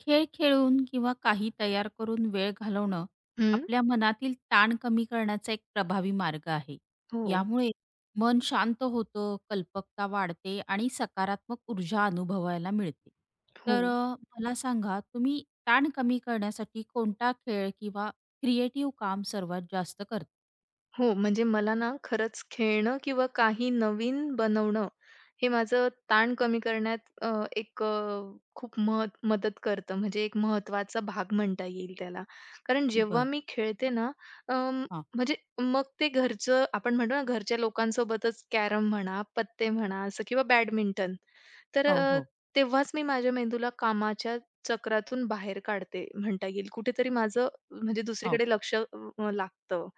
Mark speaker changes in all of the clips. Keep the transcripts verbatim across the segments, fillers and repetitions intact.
Speaker 1: खेळ खेळून किंवा काही तयार करून वेळ घालवणं
Speaker 2: हं.
Speaker 1: आपल्या मनातील ताण कमी करण्याचा एक प्रभावी मार्ग आहे.
Speaker 2: हो,
Speaker 1: यामुळे मन शांत होतं, कल्पकता वाढते आणि सकारात्मक ऊर्जा अनुभवायला मिळते. तर
Speaker 2: हो.
Speaker 1: अ, मला सांगा तुम्ही ताण कमी करण्यासाठी कोणता खेळ किंवा क्रिएटिव्ह काम सर्वात जास्त करता?
Speaker 2: हो, म्हणजे मला ना खरंच खेळणं किंवा काही नवीन बनवणं, हे माझं ताण कमी करण्यात अ, एक अ, खूप मत मदत करतं. म्हणजे एक महत्वाचा भाग म्हणता येईल त्याला. कारण जेव्हा
Speaker 1: बरं.
Speaker 2: मी खेळते ना, अं,
Speaker 1: हां.
Speaker 2: म्हणजे मग ते घरचं आपण म्हणतो ना, घरच्या लोकांसोबतच कॅरम म्हणा, पत्ते म्हणा असं किंवा बॅडमिंटन. तर
Speaker 1: हो,
Speaker 2: अ,
Speaker 1: हो.
Speaker 2: तेव्हाच मी माझ्या मेंदूला कामाच्या चक्रातून बाहेर काढते म्हणता येईल. कुठेतरी माझं म्हणजे
Speaker 1: हो,
Speaker 2: दुसरीकडे लक्ष अ, लागतं.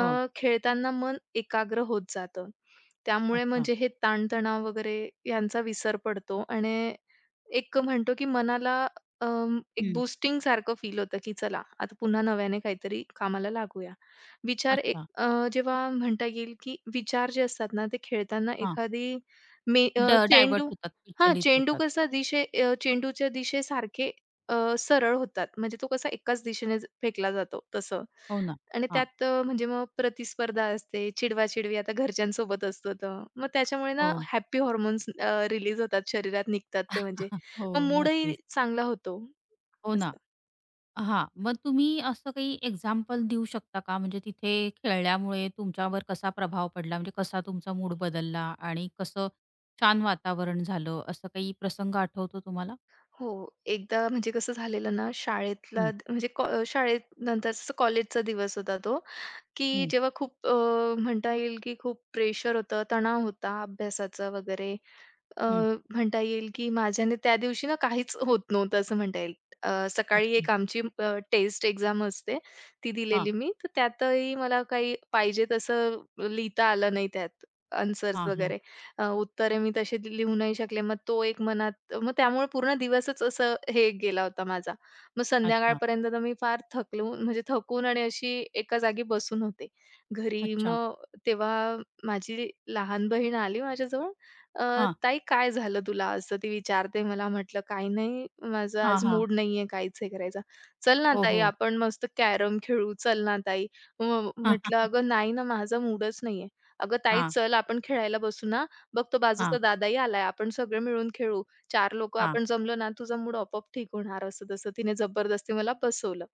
Speaker 1: हो.
Speaker 2: खेळताना मन एकाग्र होत जातं. त्यामुळे
Speaker 1: अच्छा.
Speaker 2: म्हणजे हे ताणतणाव वगैरे यांचा विसर पडतो आणि एक म्हणतो की मनाला अ, एक
Speaker 1: हं.
Speaker 2: बूस्टिंग सारखं फील होतं की चला आता पुन्हा नव्याने काहीतरी कामाला लागूया. विचार एक
Speaker 1: अच्छा.
Speaker 2: अ, जेव्हा म्हणता येईल की विचार जे असतात ना, ते खेळताना
Speaker 1: हां.
Speaker 2: एखादी मे अ,
Speaker 1: ड डायव्हर्ट
Speaker 2: चेंडू
Speaker 1: होतात,
Speaker 2: हां,
Speaker 1: विचलित
Speaker 2: चेंडू
Speaker 1: होतात.
Speaker 2: कसा दिशे अ, चेंडूच्या दिशेसारखे अ, सरळ होतात. म्हणजे तो कसा एकाच दिशेने ज फेकला जातो तसं.
Speaker 1: हो ना.
Speaker 2: आणि
Speaker 1: हां.
Speaker 2: त्यात अ, म्हणजे मग प्रतिस्पर्धा असते, चिडवा आता घरच्यांसोबत असतो तर. मग त्याच्यामुळे ना
Speaker 1: हो.
Speaker 2: हॅपी हार्मोन्स रिलीज होतात, शरीरात निघतात ते म्हणजे.
Speaker 1: हो,
Speaker 2: मग मूडही
Speaker 1: नक्कीच.
Speaker 2: चांगला होतो
Speaker 1: हो ना.
Speaker 2: असं.
Speaker 1: हां, मग तुम्ही असं काही एक्झाम्पल देऊ शकता का? म्हणजे तिथे खेळल्यामुळे तुमच्यावर कसा प्रभाव पडला? म्हणजे कसा तुमचा मूड बदलला आणि कसं छान वातावरण झालं, असं काही प्रसंग आठवतो तुम्हाला?
Speaker 2: हो, एकदा म्हणजे कसं झालेलं ना शाळेतला
Speaker 1: हं,
Speaker 2: द- म्हणजे कॉ शाळेत नंतरचा कॉलेजचा दिवस होता तो, की
Speaker 1: हं,
Speaker 2: जेव्हा खूप अ, म्हणता येईल की खूप प्रेशर होतं, तणाव होता अभ्यासाचा वगैरे. अ,
Speaker 1: हं.
Speaker 2: म्हणता येईल की माझ्याने त्या दिवशी ना काहीच होत नव्हतं असं म्हणता येईल. अ, सकाळी
Speaker 1: अच्छा.
Speaker 2: एक आमची टेस्ट एक्झाम असते, ती
Speaker 1: हां,
Speaker 2: दिलेली मी. तर त्यातही मला काही पाहिजे तसं लिहिता आलं नाही त्यात आन्सर्स
Speaker 1: हां, हां.
Speaker 2: वगैरे. अ, उत्तरे मी तशी लिहू नाही शकले. मग तो एक मनात मग त्यामुळे पूर्ण दिवसच असं हे गेला होता माझा. मग
Speaker 1: अच्छा,
Speaker 2: संध्याकाळपर्यंत तर मी फार थकलून म्हणजे थकून आणि अशी एका जागी बसून होते. घरी
Speaker 1: अच्छा.
Speaker 2: मग तेव्हा माझी लहान बहीण आली माझ्याजवळ अ,
Speaker 1: हां,
Speaker 2: "ताई काय झालं तुला?" असं ती विचारते मला. म्हटलं, "काही नाही, माझा
Speaker 1: हां,
Speaker 2: आज
Speaker 1: हां.
Speaker 2: मूड नाहीये काहीच हे करायचा." "चल ना
Speaker 1: हो,
Speaker 2: ताई,
Speaker 1: हो.
Speaker 2: आपण मस्त कॅरम खेळू. चल ना ताई." मग
Speaker 1: हां,
Speaker 2: म्हटलं,
Speaker 1: हां,
Speaker 2: "अगं नाही ना, माझा मूडच नाहीये." "अगं ताई,
Speaker 1: हां,
Speaker 2: चल आपण खेळायला बसू ना. बघ तो
Speaker 1: हां,
Speaker 2: बाजूचा दादाही आलाय. आपण सगळे मिळून खेळू. चार लोकं
Speaker 1: हां.
Speaker 2: आपण जमलो ना, तुझा मूड आपोआप ठीक होणार." असं-तसं तिने जबरदस्ती मला बसवलं.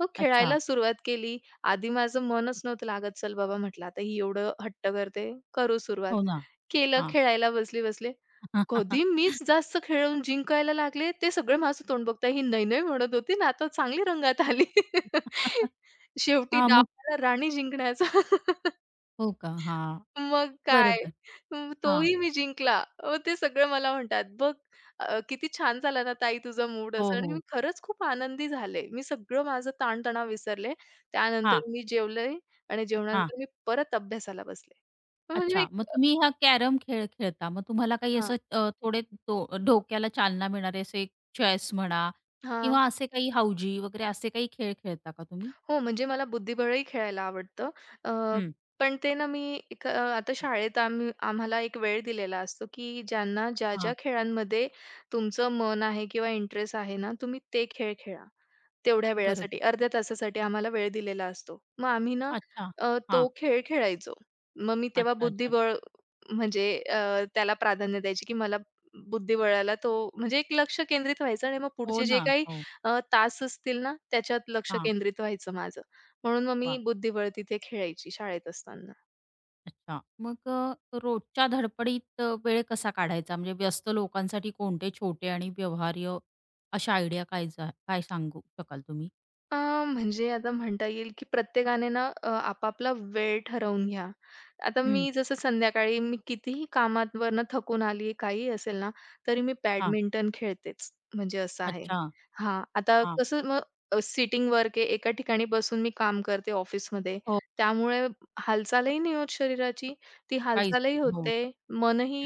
Speaker 2: मग
Speaker 1: अच्छा.
Speaker 2: खेळायला सुरुवात केली. आधी माझं मनच नव्हतं लागत. "चल बाबा," म्हटलं, "आता ही एवढं हट्ट करते, करू सुरुवात."
Speaker 1: हो ना.
Speaker 2: केलं
Speaker 1: हां.
Speaker 2: खेळायला बसले-बसले.
Speaker 1: हां,
Speaker 2: कधी मीच जास्त खेळून जिंकायला लागले, ते सगळे माझं तोंड बघताय. ही "नाही-नाही" म्हणत होती ना, आता चांगली रंगात आली. शेवटी डाव
Speaker 1: मग
Speaker 2: आला राणी जिंकण्याचा.
Speaker 1: हो का? हां,
Speaker 2: मग काय,
Speaker 1: बरोबर.
Speaker 2: मग
Speaker 1: हां.
Speaker 2: तोही मी जिंकला. अ, ते सगळे मला म्हणतात, "बघ अ, किती छान झाला ना ताई तुझा मूड"
Speaker 1: हो,
Speaker 2: असं आणि मी
Speaker 1: हो.
Speaker 2: खरंच खूप आनंदी झाले. मी सगळं माझं ताणतणाव विसरले.
Speaker 1: हां.
Speaker 2: त्यानंतर मी जेवले आणि
Speaker 1: हां.
Speaker 2: जेवणानंतर मी परत अभ्यासाला बसले. म्हणजे
Speaker 1: अच्छा.
Speaker 2: एक
Speaker 1: मग तुम्ही हा कॅरम खेळ खेळता. मग तुम्हाला काही
Speaker 2: हां,
Speaker 1: असं अ, थोडे डो डोक्याला चालना मिळणारे असे चेस म्हणा
Speaker 2: हां.
Speaker 1: किंवा असे काही हाऊजी वगैरे असे काही खेळ खेळता का तुम्ही?
Speaker 2: हो, म्हणजे मला बुद्धिबळही खेळायला आवडतं. अ,
Speaker 1: हं,
Speaker 2: पण ते ना मी एक अ, आता शाळेत आम्ही आम्हाला एक वेळ दिलेला असतो, की ज्यांना ज्या-ज्या
Speaker 1: हां.
Speaker 2: खेळांमध्ये तुमचं मन आहे किंवा इंटरेस्ट आहे ना, तुम्ही ते खेळ खेळा. तेवढ्या वेळासाठी,
Speaker 1: बरोबर.
Speaker 2: अर्ध्या तासासाठी आम्हाला वेळ दिलेला असतो. मग आम्ही ना
Speaker 1: अच्छा.
Speaker 2: अ,
Speaker 1: हां.
Speaker 2: तो खेळ खेळायचो. मग मी तेव्हा
Speaker 1: अच्छा, अच्छा.
Speaker 2: बुद्धिबळ म्हणजे अ, त्याला प्राधान्य द्यायची, की मला बुद्धिबळाला तो म्हणजे एक लक्ष केंद्रित व्हायचं आणि मग
Speaker 1: हो
Speaker 2: पुढचे जे
Speaker 1: ना.
Speaker 2: काही
Speaker 1: हो.
Speaker 2: अ, तास असतील ना, त्याच्यात लक्ष
Speaker 1: हां.
Speaker 2: केंद्रित व्हायचं माझं. म्हणून मग मी
Speaker 1: वाह!
Speaker 2: बुद्धिबळ तिथे खेळायची शाळेत असताना.
Speaker 1: अच्छा. मग अ, रोजच्या धडपडीत अ, वेळ कसा काढायचा? म्हणजे व्यस्त लोकांसाठी कोणते छोटे आणि व्यवहार्य अशा आयडिया काय जा काय सांगू शकाल तुम्ही?
Speaker 2: अ, म्हणजे आता म्हणता येईल, की प्रत्येकाने ना अ, आपापला वेळ ठरवून घ्या. आता
Speaker 1: हं.
Speaker 2: मी जसं संध्याकाळी मी कितीही कामावरनं थकून आली, काहीही असेल ना, तरी मी
Speaker 1: हां.
Speaker 2: बॅडमिंटन खेळतेच, म्हणजे असं आहे.
Speaker 1: अच्छा.
Speaker 2: हां, आता
Speaker 1: हां.
Speaker 2: कसं मग अ, सिटिंग वर्क आहे, एका ठिकाणी बसून मी काम करते ऑफिसमध्ये,
Speaker 1: हो.
Speaker 2: त्यामुळे हालचालही नाही होत शरीराची, ती
Speaker 1: काहीच
Speaker 2: हालचालही
Speaker 1: नाही. हो.
Speaker 2: होते,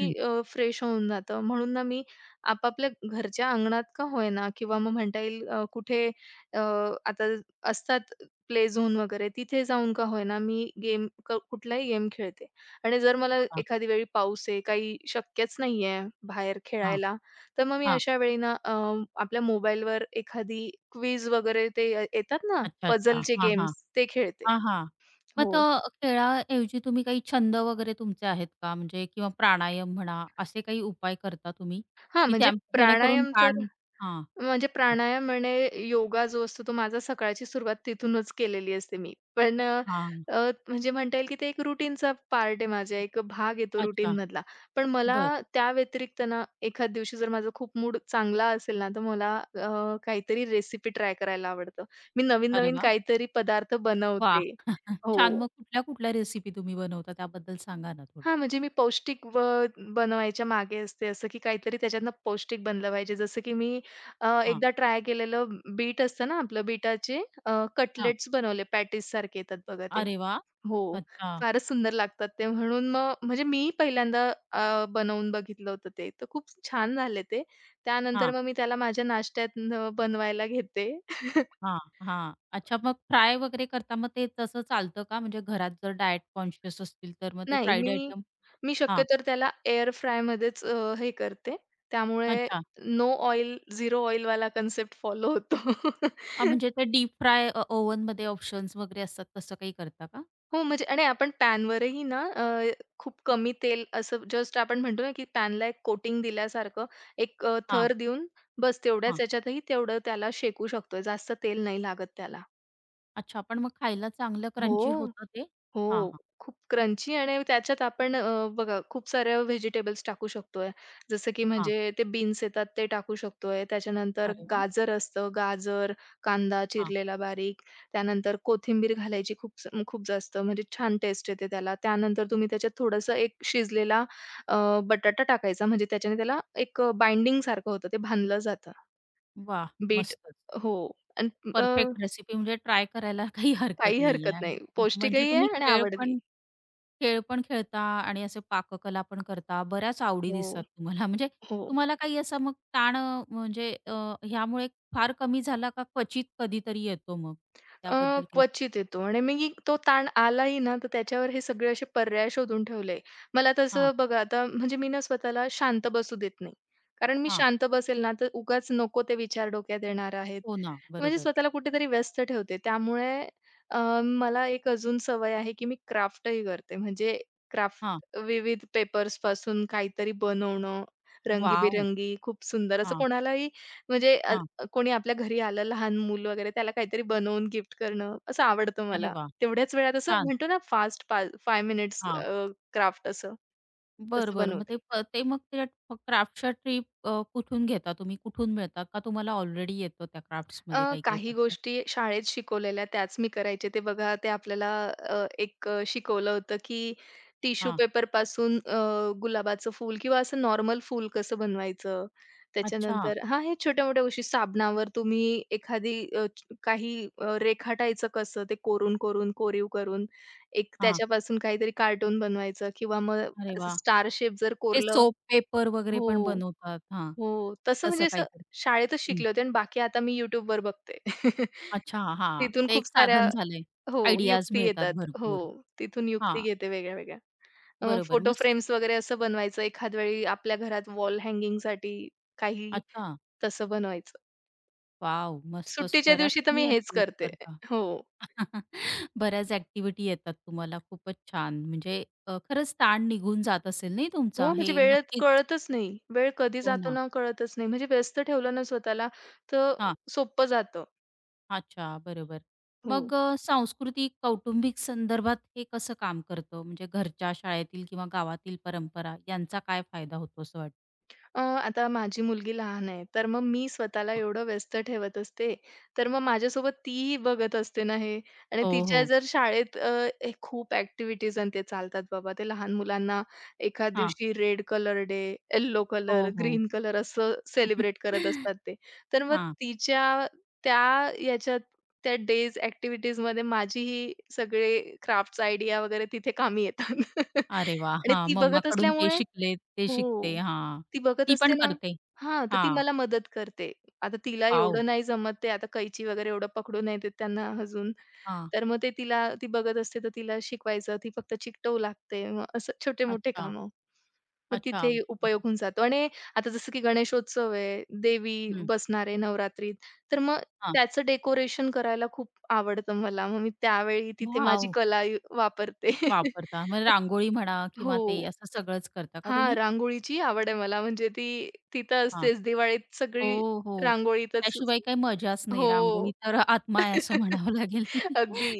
Speaker 1: हं.
Speaker 2: फ्रेश होऊन जातं. म्हणून ना मी आपापल्या घरच्या अंगणात का होईना किंवा मग म्हणता येईल अ, कुठे अ, आता असतात प्ले झोन वगैरे तिथे जाऊन का होईना मी गेम क कुठलाही गेम खेळते. आणि जर मला
Speaker 1: अच्छा.
Speaker 2: एखादी वेळी पाऊस आहे, काही शक्यच नाहीये बाहेर
Speaker 1: हां,
Speaker 2: खेळायला, तर मग मी
Speaker 1: हां.
Speaker 2: अशा वेळी ना अ, आपल्या मोबाईलवर एखादी क्विज वगैरे ते अ, येतात ना
Speaker 1: अच्छा, अच्छा.
Speaker 2: पझलचे
Speaker 1: हां, हां.
Speaker 2: गेम्स ते खेळते.
Speaker 1: हां, हां. मग
Speaker 2: हो.
Speaker 1: तर खेळाऐवजी तुम्ही काही छंद वगैरे तुमचे आहेत का? म्हणजे किंवा प्राणायाम म्हणा, असे काही उपाय करता तुम्ही?
Speaker 2: हां,
Speaker 1: की
Speaker 2: म्हणजे
Speaker 1: त्या जेणेकरून
Speaker 2: प्राणायाम तर
Speaker 1: ताण हां,
Speaker 2: म्हणजे
Speaker 1: हां,
Speaker 2: प्राणायाम आणि योगा जो असतो, तो माझा सकाळची सुरुवात तिथूनच केलेली असते मी. पण अ,
Speaker 1: हां.
Speaker 2: अ, म्हणजे म्हणता येईल की ते एक रुटीनचा पार्ट आहे माझ्या, एक भाग आहे तो
Speaker 1: अच्छा.
Speaker 2: रुटीनमधला. पण मला
Speaker 1: बरं.
Speaker 2: त्या व्यतिरिक्त ना, एखाद दिवशी जर माझा खूप मूड चांगला असेल ना, तर मला अ, काहीतरी रेसिपी ट्राय करायला आवडतं. मी
Speaker 1: अरे
Speaker 2: नवीन-नवीन
Speaker 1: वाह!
Speaker 2: काहीतरी पदार्थ
Speaker 1: वाह!
Speaker 2: बनवते.
Speaker 1: छान.
Speaker 2: हो.
Speaker 1: मग कुठल्या-कुठल्या रेसिपी तुम्ही बनवता त्याबद्दल सांगा ना थोडं?
Speaker 2: हां, म्हणजे मी पौष्टिक ब बनवायच्या मागे असते, असं की काहीतरी त्याच्यातनं पौष्टिक बनलं पाहिजे. जसं की मी अ,
Speaker 1: हां,
Speaker 2: एकदा ट्राय केलेलं बीट असतं ना आपलं बीटाचे अ,
Speaker 1: हां.
Speaker 2: कटलेट्स बनवले पॅटीससारखे येतात बघा ते.
Speaker 1: अरे वाह!
Speaker 2: हो,
Speaker 1: अच्छा.
Speaker 2: फारच सुंदर लागतात ते म्हणून मग म्हणजे मी पहिल्यांदा अ, बनवून बघितलं होतं ते. तर खूप छान झाले ते. त्यानंतर
Speaker 1: हां.
Speaker 2: मग मी त्याला माझ्या नाश्त्यात न बनवायला घेते.
Speaker 1: हां, हां. अच्छा मग फ्राय वगैरे करता मग ते तसं चालतं का? म्हणजे घरात जर डायट कॉन्शियस असतील तर मग ते
Speaker 2: नाही, मी
Speaker 1: फ्राईड आयटम
Speaker 2: मी
Speaker 1: हां,
Speaker 2: शक्यतो त्याला एअर फ्रायमध्येच अ, हे करते. त्यामुळे
Speaker 1: अच्छा.
Speaker 2: नो ऑइल, झिरो ऑइल वाला कन्सेप्ट फॉलो होतो.
Speaker 1: हां, म्हणजे ते डीप फ्राय अ, ओव्हनमध्ये ऑप्शन्स वगैरे असतात तसं काही करता का?
Speaker 2: हो, म्हणजे आणि आपण पॅनवरही ना अ, खूप कमी तेल असं जस्ट आपण म्हणतो ना, की पॅनला एक कोटिंग दिल्यासारखं एक अ,
Speaker 1: हां,
Speaker 2: थर देऊन बस तेवढ्याच
Speaker 1: हां.
Speaker 2: ह्याच्यातही तेवढं त्याला शेकू शकतो. जास्त तेल नाही लागत त्याला.
Speaker 1: अच्छा पण मग खायला चांगलं क्रंची
Speaker 2: हो.
Speaker 1: होतं ते? हां,
Speaker 2: हो.
Speaker 1: हां,
Speaker 2: खूप क्रंची आणि त्याच्यात आपण अ, बघा खूप साऱ्या व्हेजिटेबल्स टाकू शकतोय. जसं की
Speaker 1: हां.
Speaker 2: म्हणजे ते बीन्स येतात ते टाकू शकतोय. त्याच्यानंतर
Speaker 1: अरे वाह!
Speaker 2: गाजर असतं, गाजर, कांदा
Speaker 1: हां.
Speaker 2: चिरलेला बारीक, त्यानंतर कोथिंबीर घालायची खूप स खूप जास्त म्हणजे छान टेस्ट येते त्याला. त्यानंतर तुम्ही त्याच्यात थोडंसं एक शिजलेला अ, बटाटा टाकायचा म्हणजे त्याच्याने त्याला एक बाइंडिंग सारखं होतं. ते बांधलं जातं.
Speaker 1: वाह!
Speaker 2: बीट
Speaker 1: मस्तच.
Speaker 2: हो. आणि अ,
Speaker 1: परफेक्ट रेसिपी म्हणजे ट्राय करायला काही हरकत
Speaker 2: काही
Speaker 1: नाहीये
Speaker 2: हरकत
Speaker 1: आणि
Speaker 2: नाही.
Speaker 1: म्हणजे
Speaker 2: पौष्टिकही
Speaker 1: तुम्ही
Speaker 2: आहे आणि
Speaker 1: खेळ
Speaker 2: आवडली.
Speaker 1: पण खेळ पण खेळता आणि असे पाककला पण करता. बऱ्याच आवडी
Speaker 2: हो,
Speaker 1: दिसतात तुम्हाला. म्हणजे
Speaker 2: हो.
Speaker 1: तुम्हाला काही असा मग ताण अ, म्हणजे अ, ह्यामुळे फार कमी झाला का क्वचित कधीतरी येतो मग?
Speaker 2: अ,
Speaker 1: त्याबद्दल काही
Speaker 2: क्वचित येतो आणि मी तो ताण आलाही ना, तर त्याच्यावर हे सगळे असे पर्याय शोधून ठेवले. मला
Speaker 1: हां,
Speaker 2: तसं बघा आता म्हणजे मी ना स्वतःला शांत बसू देत नाही. कारण मी
Speaker 1: हां.
Speaker 2: शांत बसेल ना, तर उगाच नको ते विचार डोक्यात येणार आहेत.
Speaker 1: हो ना.
Speaker 2: म्हणजे
Speaker 1: बरोबर.
Speaker 2: स्वतःला कुठेतरी व्यस्त ठेवते. त्यामुळे अ, मला एक अजून सवय आहे, की मी क्राफ्टही करते. म्हणजे
Speaker 1: हां.
Speaker 2: क्राफ्ट विविध पेपर्सपासून काहीतरी बनवणं,
Speaker 1: वॉव!
Speaker 2: रंगीबेरंगी खूप सुंदर असं
Speaker 1: हां,
Speaker 2: कोणालाही म्हणजे अ,
Speaker 1: हां.
Speaker 2: कोणी आपल्या घरी आलं लहान मूल वगैरे त्याला काहीतरी बनवून गिफ्ट करणं असं आवडतं
Speaker 1: अरे
Speaker 2: मला.
Speaker 1: वाह!
Speaker 2: तेवढ्याच वेळात असं
Speaker 1: छान.
Speaker 2: म्हणतो ना फास्ट पा मिनिट्स
Speaker 1: हां.
Speaker 2: अ, क्राफ्ट असं,
Speaker 1: बरं,
Speaker 2: तसं
Speaker 1: बरं. मग ते
Speaker 2: बनवते.
Speaker 1: प ते मग ते क्राफ्ट्सच्या ट्रिप अ, कुठून घेता तुम्ही? कुठून मिळतात? का तुम्हाला ऑलरेडी येतं त्या क्राफ्ट्समध्ये
Speaker 2: अ,
Speaker 1: काही काही
Speaker 2: काही
Speaker 1: करता?
Speaker 2: गोष्टी शाळेत शिकवलेल्या त्याच मी करायचे. ते बघा ते आपल्याला अ, एक अ, शिकवलं होतं, की टिश्यू
Speaker 1: हां.
Speaker 2: पेपर पासून अ, गुलाबाचं फूल किंवा असं नॉर्मल फूल कसं बनवायचं.
Speaker 1: अच्छा.
Speaker 2: त्याच्यानंतर हां, हे छोट्या-मोठ्या गोष्टी साबणावर तुम्ही एखादी अ, च- काही अ, रेखाटायचं कसं ते कोरून-कोरून, कोरीव करून एक
Speaker 1: हां.
Speaker 2: त्याच्यापासून काहीतरी कार्टून बनवायचं किंवा मग
Speaker 1: अरे
Speaker 2: असं
Speaker 1: वाह!
Speaker 2: स्टार शेप जर
Speaker 1: ते
Speaker 2: कोरलं
Speaker 1: सोप पेपर वगैरे पण
Speaker 2: हो.
Speaker 1: बनवतात. हां.
Speaker 2: हो, तसं म्हणजे
Speaker 1: तसं
Speaker 2: असं
Speaker 1: काहीतरी.
Speaker 2: शाळेतच
Speaker 1: हं.
Speaker 2: शिकले होते आणि बाकी आता मी YouTubeवर बघते.
Speaker 1: अच्छा. हां.
Speaker 2: तिथून
Speaker 1: ते एक
Speaker 2: खूप साऱ्या
Speaker 1: साधन झालंय.
Speaker 2: हो,
Speaker 1: आयडियाज
Speaker 2: युक्ती
Speaker 1: मिळतात
Speaker 2: येतात. हो,
Speaker 1: भरपूर.
Speaker 2: तिथून युक्ती
Speaker 1: हां.
Speaker 2: घेते वेगळ्या-वेगळ्या.
Speaker 1: बरोबर.
Speaker 2: फोटो
Speaker 1: मग स
Speaker 2: फ्रेम्स वगैरे असं बनवायचं एखाद वेळी आपल्या घरात वॉल हँगिंगसाठी काही
Speaker 1: अच्छा.
Speaker 2: तसं बनवायचं.
Speaker 1: वॉव! मस्तच.
Speaker 2: सुट्टीच्या
Speaker 1: बऱ्याच
Speaker 2: दिवशी तर मी
Speaker 1: तुम्ही
Speaker 2: हेच
Speaker 1: ॲक्टिव्हिटी
Speaker 2: करते.
Speaker 1: करता.
Speaker 2: हो,
Speaker 1: बऱ्याच ॲक्टिव्हिटी येतात तुम्हाला. खूपच छान. म्हणजे अ, खरंच ताण निघून जात असेल नाही
Speaker 2: हो,
Speaker 1: तुमचा.
Speaker 2: म्हणजे
Speaker 1: हे
Speaker 2: वेळेत
Speaker 1: नक्कीच.
Speaker 2: कळतच नाही. वेळ कधी
Speaker 1: हो
Speaker 2: जातो
Speaker 1: ना.
Speaker 2: ना कळतच नाही. म्हणजे व्यस्त ठेवलं ना स्वतःला तर
Speaker 1: हां.
Speaker 2: सोपं जातं.
Speaker 1: अच्छा, बरोबर.
Speaker 2: हो.
Speaker 1: मग अ, सांस्कृतिक, कौटुंबिक संदर्भात हे कसं काम करतं? म्हणजे घरच्या, शाळेतील किंवा गावातील परंपरा यांचा काय फायदा होतो असं वाटतं?
Speaker 2: अ, आता माझी मुलगी लहान आहे, तर मग मी स्वतःला एवढं व्यस्त ठेवत असते, तर मग माझ्यासोबत तीही बघत असते ना हे आणि
Speaker 1: हो,
Speaker 2: तिच्या
Speaker 1: हो.
Speaker 2: जर शाळेत अ, ए खूप ॲक्टिव्हिटीज आणि ते चालतात बाबा. ते लहान मुलांना एखाद
Speaker 1: हां.
Speaker 2: दिवशी रेड कलर डे, येलो
Speaker 1: हो,
Speaker 2: कलर,
Speaker 1: हो.
Speaker 2: ग्रीन कलर असं सेलिब्रेट करत असतात ते. तर मग
Speaker 1: हां.
Speaker 2: तिच्या त्या याच्यात त्या डेज ॲक्टिव्हिटीजमध्ये माझीही सगळे क्राफ्ट्स आयडिया वगैरे तिथे कामी येतात
Speaker 1: अरे वाह!
Speaker 2: आणि
Speaker 1: हां,
Speaker 2: ती बघत
Speaker 1: मम्माकडून हे
Speaker 2: असल्यामुळे
Speaker 1: शिकले, ते शिकते.
Speaker 2: हो.
Speaker 1: हां.
Speaker 2: ती बघत
Speaker 1: ती
Speaker 2: असते
Speaker 1: पण
Speaker 2: ना
Speaker 1: करते.
Speaker 2: हां, तर ती
Speaker 1: हां.
Speaker 2: मला मदत करते. आता तिला
Speaker 1: वॉव!
Speaker 2: एवढं नाही जमत ते आता कैची वगैरे एवढं पकडू नाही देत त्यांना अजून.
Speaker 1: हां.
Speaker 2: तर मग ते तिला ती बघत असते तर तिला शिकवायचं. ती फक्त चिकटवू लागते. मग असं छोटे-मोठे
Speaker 1: अच्छा,
Speaker 2: कामं. मग
Speaker 1: अच्छा.
Speaker 2: तिथे उपयोग होऊन जातो आणि आता जसं की गणेशोत्सव आहे, देवी
Speaker 1: हं.
Speaker 2: बसणार आहे नवरात्रीत. तर मग
Speaker 1: हां.
Speaker 2: त्याचं डेकोरेशन करायला खूप आवडतं मला. मग मी त्यावेळी तिथे माझी
Speaker 1: वॉव!
Speaker 2: कला यु- वापरते.
Speaker 1: वापरता. मग
Speaker 2: मग
Speaker 1: रांगोळी म्हणा किंवा ते
Speaker 2: हो.
Speaker 1: असं सगळंच करता का
Speaker 2: हां,
Speaker 1: तुम्ही?
Speaker 2: रांगोळीची आवड आहे मला. म्हणजे ती तिथं असतेच दिवाळीत सगळी
Speaker 1: हो, हो.
Speaker 2: रांगोळीतच
Speaker 1: त्याशिवाय काही मजाच नाही.
Speaker 2: हो.
Speaker 1: रांगोळी तर आत्मा आहे असं म्हणावं लागेल.
Speaker 2: अगदी.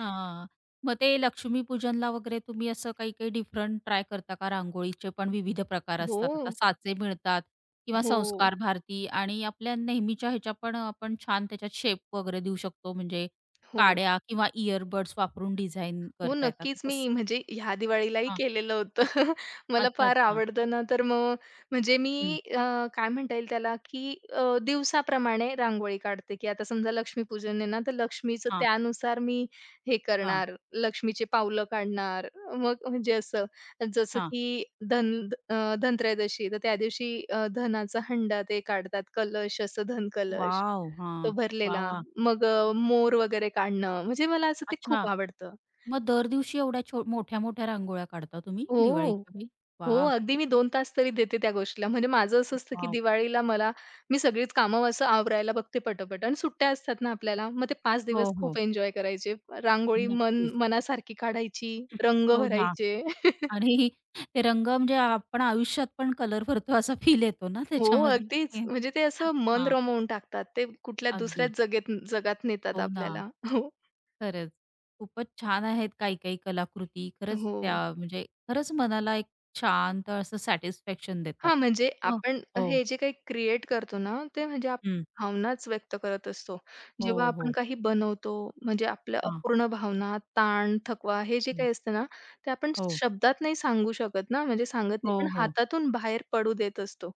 Speaker 1: हां. मग ते लक्ष्मीपूजनला वगैरे तुम्ही असं काही-काही डिफरंट ट्राय करता का? रांगोळीचे पण विविध प्रकार असतात. आता
Speaker 2: हो,
Speaker 1: साचे मिळतात किंवा
Speaker 2: हो,
Speaker 1: संस्कार भारती आणि आपल्या नेहमीच्या ह्याच्या पण आपण छान त्याच्यात शेप वगैरे देऊ शकतो. म्हणजे
Speaker 2: हो.
Speaker 1: काड्या किंवा इयरबड्स वापरून डिझाइन
Speaker 2: हो,
Speaker 1: करता येतात.
Speaker 2: नक्कीच. मी
Speaker 1: तसं
Speaker 2: म्हणजे ह्या दिवाळीलाही
Speaker 1: हां.
Speaker 2: केलेलं होतं. मला
Speaker 1: अच्छा,
Speaker 2: फार
Speaker 1: अच्छा.
Speaker 2: आवडतं ना, तर मग म्हणजे
Speaker 1: हं.
Speaker 2: मी अ, काय म्हणता येईल त्याला, की अ, दिवसाप्रमाणे रांगोळी काढते, की आता समजा लक्ष्मीपूजन आहे ना, तर लक्ष्मीचं
Speaker 1: हां,
Speaker 2: त्यानुसार मी हे
Speaker 1: हां,
Speaker 2: करणार, लक्ष्मीचे पावलं काढणार. मग म्हणजे असं, जसं
Speaker 1: हां.
Speaker 2: की धन अ, धनत्रयोदशी, तर त्या दिवशी अ, धनाचा हंडा ते काढतात, कलश असं धन कलश,
Speaker 1: वॉव! हां.
Speaker 2: तो
Speaker 1: वाह,
Speaker 2: भरलेला.
Speaker 1: वाह!
Speaker 2: मग अ, मोर वगैरे काढणं, म्हणजे मला असं ते
Speaker 1: अच्छा.
Speaker 2: खूप आवडतं.
Speaker 1: मग दर दिवशी एवढ्या छो मोठ्या-मोठ्या रांगोळ्या काढता तुम्ही
Speaker 2: हो.
Speaker 1: दिवाळीच्या वेळी?
Speaker 2: हो,
Speaker 1: वाह!
Speaker 2: अगदी मी दोन तास तरी देते त्या गोष्टीला. म्हणजे माझं असं असतं, की
Speaker 1: वॉव!
Speaker 2: दिवाळीला मला मी सगळीच कामं असं आवरायला बघते पटापट आणि सुट्ट्या असतात ना आपल्याला, मग ते पाच
Speaker 1: हो,
Speaker 2: दिवस खूप
Speaker 1: हो.
Speaker 2: एन्जॉय करायचे. रांगोळी मन
Speaker 1: नक्कीच.
Speaker 2: मनासारखी काढायची, रंग
Speaker 1: हो ना.
Speaker 2: भरायचे.
Speaker 1: आणि ते रंग म्हणजे आपण आयुष्यात पण कलर भरतो असा फील येतो ना
Speaker 2: हो,
Speaker 1: त्याच्यामध्ये.
Speaker 2: अगदीच. म्हणजे ते असं मन
Speaker 1: हां,
Speaker 2: रमवून टाकतात. ते कुठल्या
Speaker 1: अगदी.
Speaker 2: दुसऱ्याच जगेत जगात नेतात
Speaker 1: हो ना.
Speaker 2: आपल्याला. हो.
Speaker 1: खरंच. खूपच छान आहेत काही-काही कलाकृती. खरंच त्या
Speaker 2: हो.
Speaker 1: म्हणजे खरंच मनाला एक शांत असं सॅटिस्फॅक्शन देतात.
Speaker 2: हा म्हणजे
Speaker 1: हो.
Speaker 2: आपण
Speaker 1: हो.
Speaker 2: हे जे काही क्रिएट करतो ना, ते म्हणजे आप
Speaker 1: हं.
Speaker 2: भावनाच व्यक्त करत असतो. जेव्हा
Speaker 1: हो,
Speaker 2: आपण
Speaker 1: हो.
Speaker 2: काही बनवतो, म्हणजे आपल्या
Speaker 1: हां,
Speaker 2: अपूर्ण भावना, ताण, थकवा हे जे
Speaker 1: हां.
Speaker 2: काही असतं ना, ते आपण
Speaker 1: हो.
Speaker 2: शब्दात नाही सांगू शकत ना, म्हणजे सांगत नाही, पण
Speaker 1: हो, हो.
Speaker 2: हातातून बाहेर पडू देत असतो.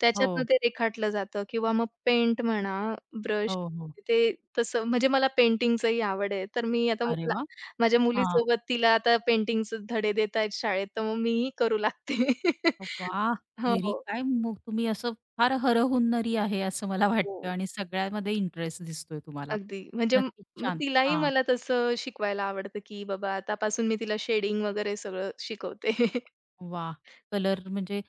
Speaker 2: त्याच्यातनं
Speaker 1: हो,
Speaker 2: ते रेखाटलं जातं किंवा मग पेंट म्हणा, ब्रश
Speaker 1: हो, हो.
Speaker 2: ते तसं म्हणजे मला पेंटिंगचंही आवड आहे. तर मी आता
Speaker 1: अरे
Speaker 2: मला
Speaker 1: वाह!
Speaker 2: माझ्या
Speaker 1: हां.
Speaker 2: मुलीसोबत तिला आता पेंटिंगचे धडे देत आहेत शाळेत, तर मग मीही करू लागते.
Speaker 1: वाह!
Speaker 2: हो,
Speaker 1: व्हेरी काय मग तुम्ही असं फार हरहुन्नरी आहे असं मला
Speaker 2: हो.
Speaker 1: वाटतं आणि सगळ्यामध्ये इंटरेस्ट दिसतोय तुम्हाला.
Speaker 2: अगदी. म्हणजे म-
Speaker 1: नक्कीच
Speaker 2: मग
Speaker 1: छान.
Speaker 2: तिलाही
Speaker 1: हां.
Speaker 2: मला तसं शिकवायला आवडतं, की बाबा आतापासून मी तिला शेडिंग वगैरे सगळं शिकवते.
Speaker 1: वाह! कलर म्हणजे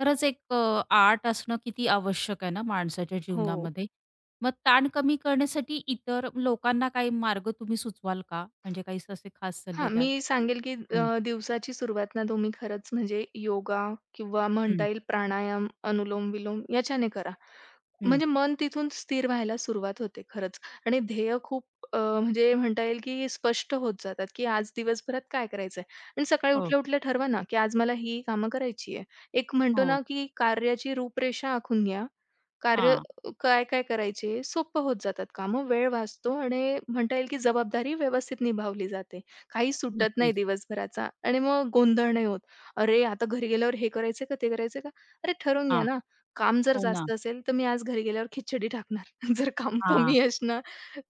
Speaker 1: खरंच एक अ, आर्ट असणं किती आवश्यक आहे ना माणसाच्या
Speaker 2: हो.
Speaker 1: जीवनामध्ये. मग ताण कमी करण्यासाठी इतर लोकांना काही मार्ग तुम्ही सुचवाल का? म्हणजे काही असे खास
Speaker 2: हां,
Speaker 1: सल्ले
Speaker 2: मी
Speaker 1: द्याल त्यांना?
Speaker 2: सांगेल, की अ,
Speaker 1: हं,
Speaker 2: दिवसाची सुरुवात ना तुम्ही खरंच म्हणजे योगा किंवा म्हणता
Speaker 1: हं,
Speaker 2: येईल प्राणायाम, अनुलोम-विलोम याच्याने करा.
Speaker 1: हं.
Speaker 2: म्हणजे मन तिथून स्थिर व्हायला सुरुवात होते खरंच आणि ध्येय खूप अ, म्हणजे म्हणता येईल की स्पष्ट होत जातात, की आज दिवसभरात काय करायचंय आणि सकाळी
Speaker 1: हो,
Speaker 2: उठल्या-उठल्या ठरवा ना, की आज मला ही कामं करायची आहे. एक म्हणतो
Speaker 1: हो.
Speaker 2: ना, की कार्याची रूपरेषा आखून घ्या कार्य
Speaker 1: हां.
Speaker 2: काय-काय करायचे, सोपं होत जातात कामं. वेळ वाचतो आणि म्हणता येईल की जबाबदारी व्यवस्थित निभावली जाते. काही सुटत नाही
Speaker 1: नक्कीच.
Speaker 2: दिवसभराचा आणि मग गोंधळ नाही होत. "अरे, आता घरी गेल्यावर हे करायचं का, ते करायचं का?" अरे, ठरवून घ्या
Speaker 1: हां.
Speaker 2: ना. काम जर
Speaker 1: हो ना.
Speaker 2: जास्त असेल, तर मी आज घरी गेल्यावर खिचडी टाकणार. जर काम
Speaker 1: हां,
Speaker 2: कमी असणार,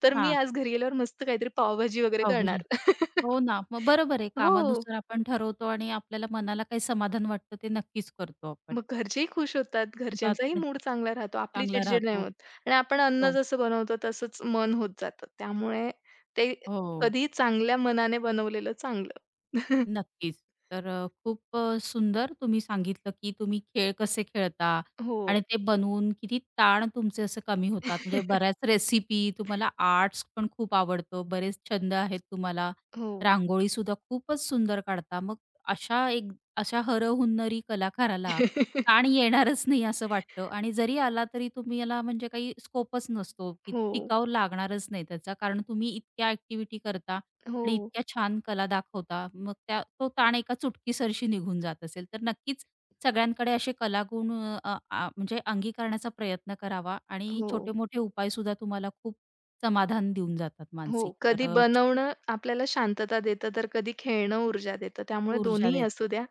Speaker 2: तर मी
Speaker 1: हां.
Speaker 2: आज घरी गेल्यावर मस्त काहीतरी पावभाजी वगैरे करणार.
Speaker 1: अवघड हो ना. मग बरोबर आहे.
Speaker 2: हो.
Speaker 1: कामानुसार आपण ठरवतो आणि आपल्याला मनाला काही समाधान वाटतं ते नक्कीच करतो आपण.
Speaker 2: मग घरचेही खुश होतात. घरच्यांचाही
Speaker 1: तात-
Speaker 2: मूड चांगला राहतो. आपली
Speaker 1: चांगला
Speaker 2: चिडचिड नाही
Speaker 1: राहतो.
Speaker 2: होत आणि आपण अन्न
Speaker 1: हो,
Speaker 2: जसं बनवतो तसंच मन होत जातं. त्यामुळे ते
Speaker 1: हो.
Speaker 2: कधीही चांगल्या मनाने बनवलेलं चांगलं.
Speaker 1: नक्कीच. तर अ, खूप अ, सुंदर तुम्ही सांगितलं, की तुम्ही खेळ कसे खेळता
Speaker 2: हो.
Speaker 1: आणि ते बनवून किती ताण तुमचे असे कमी होतात. म्हणजे बऱ्याच रेसिपी, तुम्हाला आर्ट्स पण खूप आवडतं, बरेच छंद आहेत तुम्हाला.
Speaker 2: हो.
Speaker 1: रांगोळीसुद्धा खूपच सुंदर काढता. मग अशा एक अशा हरहुन्नरी कलाकाराला ताण येणारच नाही असं वाटतं आणि जरी आला तरी तुम्ही याला म्हणजे काही स्कोपच नसतो, की
Speaker 2: हो,
Speaker 1: टिकाव लागणारच नाही त्याचा. कारण तुम्ही इतक्या ॲक्टिव्हिटी करता आणि
Speaker 2: हो,
Speaker 1: इतक्या छान कला दाखवता. मग त्या तो ताण एका चुटकीसरशी निघून जात असेल. तर नक्कीच सगळ्यांकडे असे कलागुण अ, अ, आ म्हणजे अंगीकारण्याचा प्रयत्न करावा आणि
Speaker 2: हो,
Speaker 1: छोटे-मोठे उपायसुद्धा तुम्हाला खूप समाधान देऊन जातात
Speaker 2: हो.
Speaker 1: मानसिक.
Speaker 2: कधी
Speaker 1: तर अ,
Speaker 2: बनवणं आपल्याला शांतता देतं, तर कधी खेळणं ऊर्जा देतं. त्यामुळे
Speaker 1: ऊर्जा
Speaker 2: दोन्हीही असू
Speaker 1: देतं.
Speaker 2: द्या.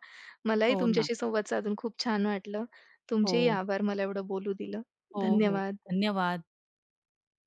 Speaker 2: मलाही
Speaker 1: हो ना.
Speaker 2: तुमच्याशी संवाद साधून खूप छान वाटलं. तुमचेही
Speaker 1: हो.
Speaker 2: आभार मला एवढं बोलू दिलं.
Speaker 1: हो, हो.
Speaker 2: धन्यवाद.
Speaker 1: धन्यवाद.